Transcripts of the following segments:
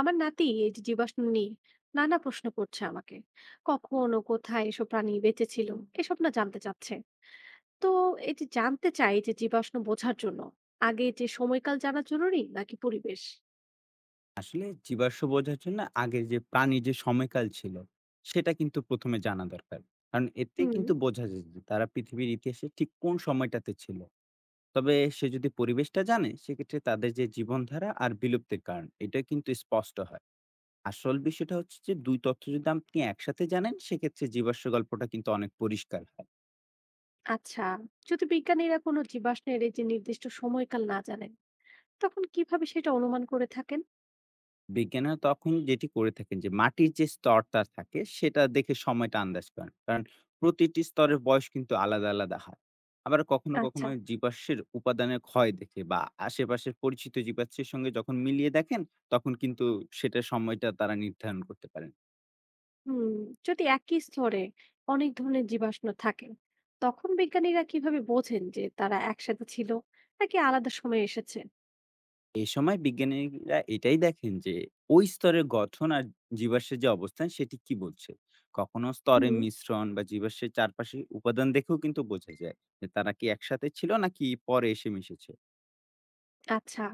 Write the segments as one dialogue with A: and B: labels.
A: আমার নাতি এই যে জীবাশ্ম নিয়ে নানা প্রশ্ন করছে আমাকে। কখন ও কোথায় এসব প্রাণী বেঁচে ছিল এসব না জানতে চাচ্ছে। তো এই যে জানতে চাই যে জীবাশ্ম বোঝার জন্য আগে যে সময়কাল জানা জরুরি নাকি পরিবেশ?
B: আসলে জীবাশ্ম বোঝার জন্য আগে যে প্রাণীর যে সময়কাল ছিল সেটা কিন্তু প্রথমে জানা দরকার। কারণ এতে
A: হুম,
B: কিন্তু বোঝা যায় যে তারা পৃথিবীর ইতিহাসে ঠিক কোন সময়টাতে ছিল। তবে সে যদি পরিবেশটা জানে সেক্ষেত্রে তাদের যে জীবনধারা আর বিলুপ্তির কারণ এটা কিন্তু স্পষ্ট হয়। আসল বিষয়টা হচ্ছে যে দুই তথ্য যদি আপনি একসাথে জানেন সেক্ষেত্রে জীবাশ্ম গল্পটা কিন্তু অনেক পরিষ্কার হয়।
A: আচ্ছা। যদি বিজ্ঞানীরা কোনো জীবাশ্মের এই যে নির্দিষ্ট সময়কাল না জানেন, তখন কিভাবে সেটা অনুমান করে থাকেন?
B: বিজ্ঞানীরা তখন যেটি করে থাকেন যে মাটির যে স্তরটা থাকে সেটা দেখে সময়টা আন্দাজ করেন, কারণ প্রতিটি স্তরের বয়স কিন্তু আলাদা আলাদা হয়। আবার কখনো
A: আচ্ছা।
B: কখনো জীবাশ্মের উপাদানের ক্ষয় দেখে বা আশেপাশের পরিচিত জীবাশ্মের সঙ্গে যখন মিলিয়ে দেখেন তখন কিন্তু সেটা সময়টা তারা নির্ধারণ করতে পারেন।
A: হুম। যদি একই স্তরে অনেক ধরনের জীবাশ্ম থাকে, তখন বিজ্ঞানীরা কিভাবে বোঝেন যে তারা একসাথে ছিল নাকি আলাদা সময়ে এসেছে?
B: এ সময় বিজ্ঞানীরা এটাই দেখেন যে ওই স্তরের গঠন আর জীবাশ্মের যে অবস্থান সেটি কি বলছে। কখনো
A: হুম,
B: স্তরের মিশ্রণ বা জীবাশ্মের চারপাশে উপাদান দেখেও কিন্তু বোঝা যায় যে তারা কি একসাথে ছিল নাকি পরে এসে মিশেছে।
A: আচ্ছা।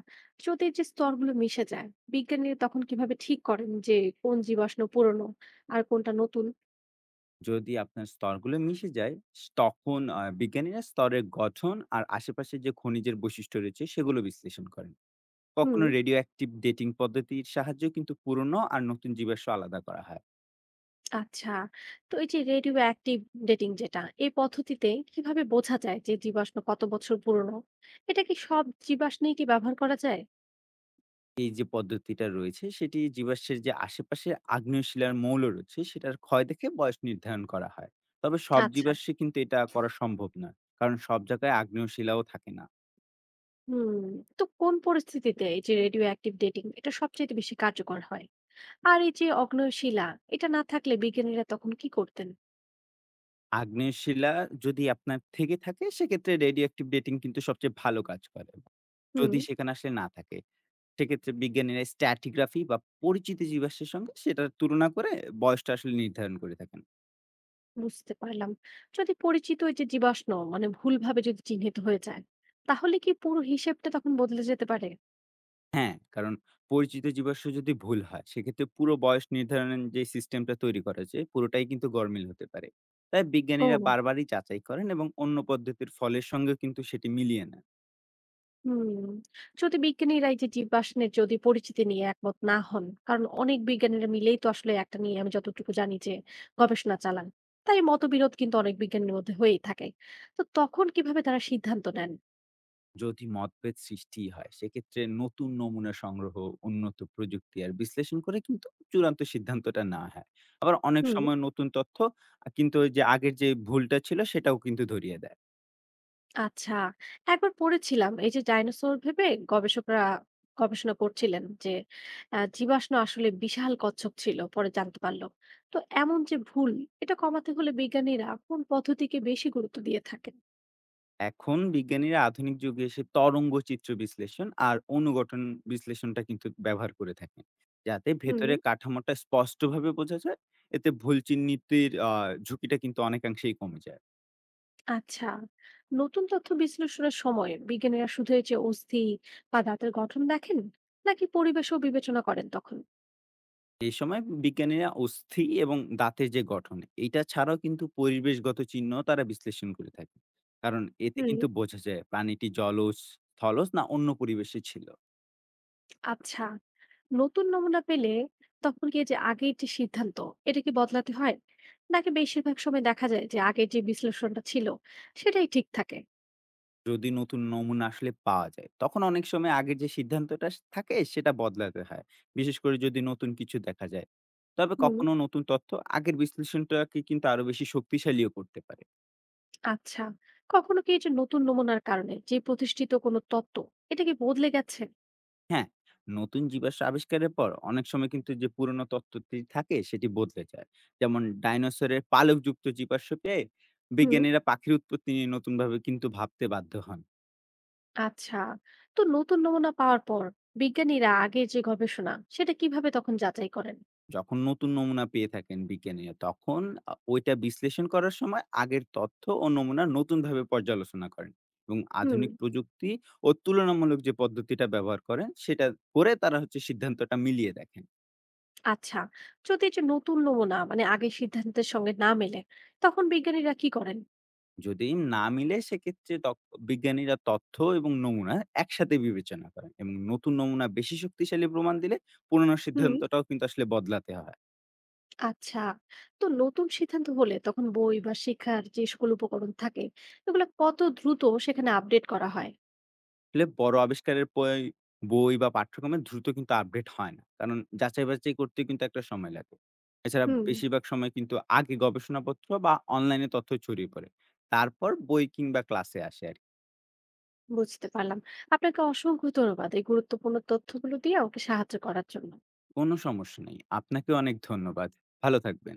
A: যদি যে স্তরগুলো মিশে যায়, বিজ্ঞানীরা তখন কিভাবে ঠিক করেন যে কোন জীবাশ্ম পুরনো আর কোনটা নতুন?
B: যদি আপনার স্তরগুলো মিশে যায় তখন বিজ্ঞানীরা স্তরের গঠন আর আশেপাশে যে খনিজের বৈশিষ্ট্য রয়েছে সেগুলো বিশ্লেষণ করেন।
A: হুম,
B: কখনো রেডিও অ্যাক্টিভ ডেটিং পদ্ধতির সাহায্যে কিন্তু পুরনো আর নতুন জীবাশ্ম আলাদা করা হয়।
A: আচ্ছা। তো এই যে রেডিও অ্যাক্টিভ ডেটিং যেটা, এই পদ্ধতিতে কিভাবে বোঝা যায় যে জীবাশ্ম কত বছর পুরনো? এটা কি সব জীবাশ্মেই কি ব্যবহার করা যায়?
B: এই যে পদ্ধতিটা রয়েছে সেটি জীবাশ্মের যে আশেপাশের আগ্নেয় শিলার মৌল রয়েছে সেটার ক্ষয় দেখে বয়স নির্ধারণ করা হয়। তবে সব
A: আচ্ছা।
B: জীবাশ্মে কিন্তু এটা করা সম্ভব নয়, কারণ সব জায়গায় আগ্নেয় শিলাও থাকে না।
A: হুম, তো কোন পরিস্থিতিতে এই যে রেডিও অ্যাক্টিভ ডেটিং এটা সবচেয়ে বেশি কার্যকর হয়? আর এই যে অগ্নেয় শিলা, এটা না থাকলে বিজ্ঞানীরা তখন কি করতেন?
B: আগ্নেয় শিলা যদি আপনার থেকে থাকে সেক্ষেত্রে রেডিও অ্যাক্টিভ ডেটিং কিন্তু সবচেয়ে ভালো কাজ করে।
A: হুম।
B: যদি সেখানে আসলে না থাকে সেক্ষেত্রে বিজ্ঞানীরা স্ট্যাটিগ্রাফি বা পরিচিত জীবাশ্মের সঙ্গে সেটার তুলনা করে বয়সটা আসলে নির্ধারণ করে থাকেন।
A: বুঝতে পারলাম। যদি পরিচিত ওই যে জীবাশ্ম মানে ভুলভাবে যদি চিহ্নিত হয়ে যায়, তাহলে কি পুরো হিসেবটা তখন বদলে যেতে পারে?
B: হ্যাঁ, কারণ পরিচিত জীবাশ্ম যদি ভুল হয়, সেক্ষেত্রে পুরো বয়স নির্ধারণের যে সিস্টেমটা তৈরি করা হয়েছে, পুরোটাই কিন্তু গরমিল হতে পারে। তাই বিজ্ঞানীরা
A: ও,
B: বারবারই যাচাই করেন এবং অন্য পদ্ধতির ফলের সঙ্গে কিন্তু সেটি মিলিয়ে নেন।
A: হুম। যদি বিজ্ঞানীরা এই যে জীবাশ্মের যদি পরিচিতি নিয়ে একমত না হন, কারণ অনেক বিজ্ঞানীরা মিলেই তো আসলে একটা নিয়ে আমি যতটুকু জানি যে গবেষণা চালান। তাই মতবিরোধ কিন্তু অনেক বিজ্ঞানীর মধ্যে হয়েই থাকে। তো তখন কিভাবে তারা সিদ্ধান্ত নেন?
B: যদি মতভেদ সৃষ্টি হয়, সেক্ষেত্রে নতুন নমুনা সংগ্রহ, উন্নত প্রযুক্তি আর বিশ্লেষণ করে কিন্তু চূড়ান্ত সিদ্ধান্তটা নেওয়া হয়। আবার অনেক
A: হুম।
B: সময় নতুন তথ্য কিন্তু ওই যে আগের যে ভুলটা ছিল, সেটাও কিন্তু ধরিয়ে দেয়।
A: আচ্ছা, একবার পড়েছিলাম এই যে ডাইনোসর ভেবে গবেষকরা গবেষণা করছিলেন যে জীবাশ্ম আসলে বিশাল কচ্ছপ ছিল, পরে জানতে পারলো। তো এমন যে ভুল এটা কমাতে হলে বিজ্ঞানীরা কোন পদ্ধতিকে বেশি গুরুত্ব দিয়ে থাকেন?
B: এখন বিজ্ঞানীরা আধুনিক যুগে এসে তরঙ্গ চিত্র বিশ্লেষণ আর অনুগঠন বিশ্লেষণটা কিন্তু ব্যবহার করে থাকেন যাতে
A: হুম,
B: ভেতরে কাঠামোটা স্পষ্টভাবে বোঝা যায়। এতে ভুল চিহ্নিতির ঝুঁকিটা কিন্তু অনেকাংশেই কমে যায়।
A: আচ্ছা। নতুন তথ্য বিশ্লেষণের সময় বিজ্ঞানীরা শুধু এই যে অস্থি বা দাঁতের গঠন দেখেন নাকি পরিবেশও বিবেচনা করেন তখন?
B: এই সময় বিজ্ঞানীরা অস্থি এবং দাঁতের যে গঠন এটা ছাড়াও কিন্তু পরিবেশগত চিহ্ন তারা বিশ্লেষণ করে থাকে, কারণ এতে
A: হুম,
B: কিন্তু বোঝা যায় প্রাণীটি জলজ স্থলজ না অন্য পরিবেশে ছিল।
A: আচ্ছা। নতুন নমুনা পেলে তখন কি যে আগের যে সিদ্ধান্ত এটা কি বদলাতে হয় নাকি বেশিরভাগ সময় দেখা যায় যে আগের যে বিশ্লেষণটা ছিল সেটাই ঠিক থাকে?
B: যদি নতুন নমুনা আসলে পাওয়া যায়, তখন অনেক সময় আগের যে সিদ্ধান্তটা থাকে সেটা বদলাতে হয়। বিশেষ করে যদি নতুন কিছু দেখা যায়। তবে
A: হুম,
B: কখনো নতুন তথ্য আগের বিশ্লেষণটাকে কিন্তু আরো বেশি শক্তিশালীও করতে পারে।
A: আচ্ছা। কখনো কি এই যে নতুন নমুনার কারণে যে প্রতিষ্ঠিত কোনো তত্ত্ব এটা কি বদলে গেছে?
B: হ্যাঁ, নতুন জীবাশ্ম আবিষ্কারের পর অনেক সময় কিন্তু যে পুরনো তত্ত্বটি থাকে সেটি বদলে যায়। যেমন ডাইনোসরের পালকযুক্ত জীবাশ্ম পেয়ে
A: হুম,
B: বিজ্ঞানীরা পাখির উৎপত্তি নিয়ে নতুনভাবে কিন্তু ভাবতে বাধ্য হন।
A: আচ্ছা। তো নতুন নমুনা পাওয়ার পর বিজ্ঞানীরা আগের যে গবেষণা সেটা কিভাবে তখন যাচাই করেন?
B: যখন নতুন নমুনা পেয়ে থাকেন বিজ্ঞানী তখন ওইটা বিশ্লেষণ করার সময় আগের তথ্য ও নমুনা নতুনভাবে পর্যালোচনা করেন এবং
A: হুম,
B: আধুনিক প্রযুক্তি ও তুলনামূলক যে পদ্ধতিটা ব্যবহার করেন সেটা করে তারা হচ্ছে সিদ্ধান্তটা মিলিয়ে দেখেন।
A: আচ্ছা। যদি এই যে নতুন নমুনা মানে আগের সিদ্ধান্তের সঙ্গে না মেলে তখন বিজ্ঞানীরা কি করেন?
B: যদি না মিলে সেক্ষেত্রে বিজ্ঞানীরা তথ্য এবং নমুনা একসাথে বিবেচনা করেন এবং নতুন নমুনা বেশি শক্তিশালী প্রমাণ দিলে পুরনো
A: হুম,
B: সিদ্ধান্তটাও কিন্তু আসলে বদলাতে হয়।
A: আচ্ছা। তো নতুন সিদ্ধান্ত হলে তখন বই বা শিক্ষার যে সকল উপকরণ থাকে এগুলো কত দ্রুত সেখানে আপডেট করা হয়?
B: আসলে বড় আবিষ্কারের পয় বই বা পাঠ্যক্রমে দ্রুত কিন্তু আপডেট হয় না। কারণ যাচাই-বাছাই করতে কিন্তু একটা সময় লাগে। এছাড়া
A: হুম,
B: বেশিরভাগ সময় কিন্তু আগে গবেষণাপত্র বা অনলাইনে তথ্য ছড়িয়ে পড়ে। তারপর বই কিংবা ক্লাসে আসে আরকি।
A: বুঝতে পারলাম। আপনাকে অসংখ্য ধন্যবাদ এই গুরুত্বপূর্ণ তথ্যগুলো দিয়ে আমাকে সাহায্য করার জন্য।
B: কোনো সমস্যা নেই। আপনাকে অনেক ধন্যবাদ। ভালো থাকবেন।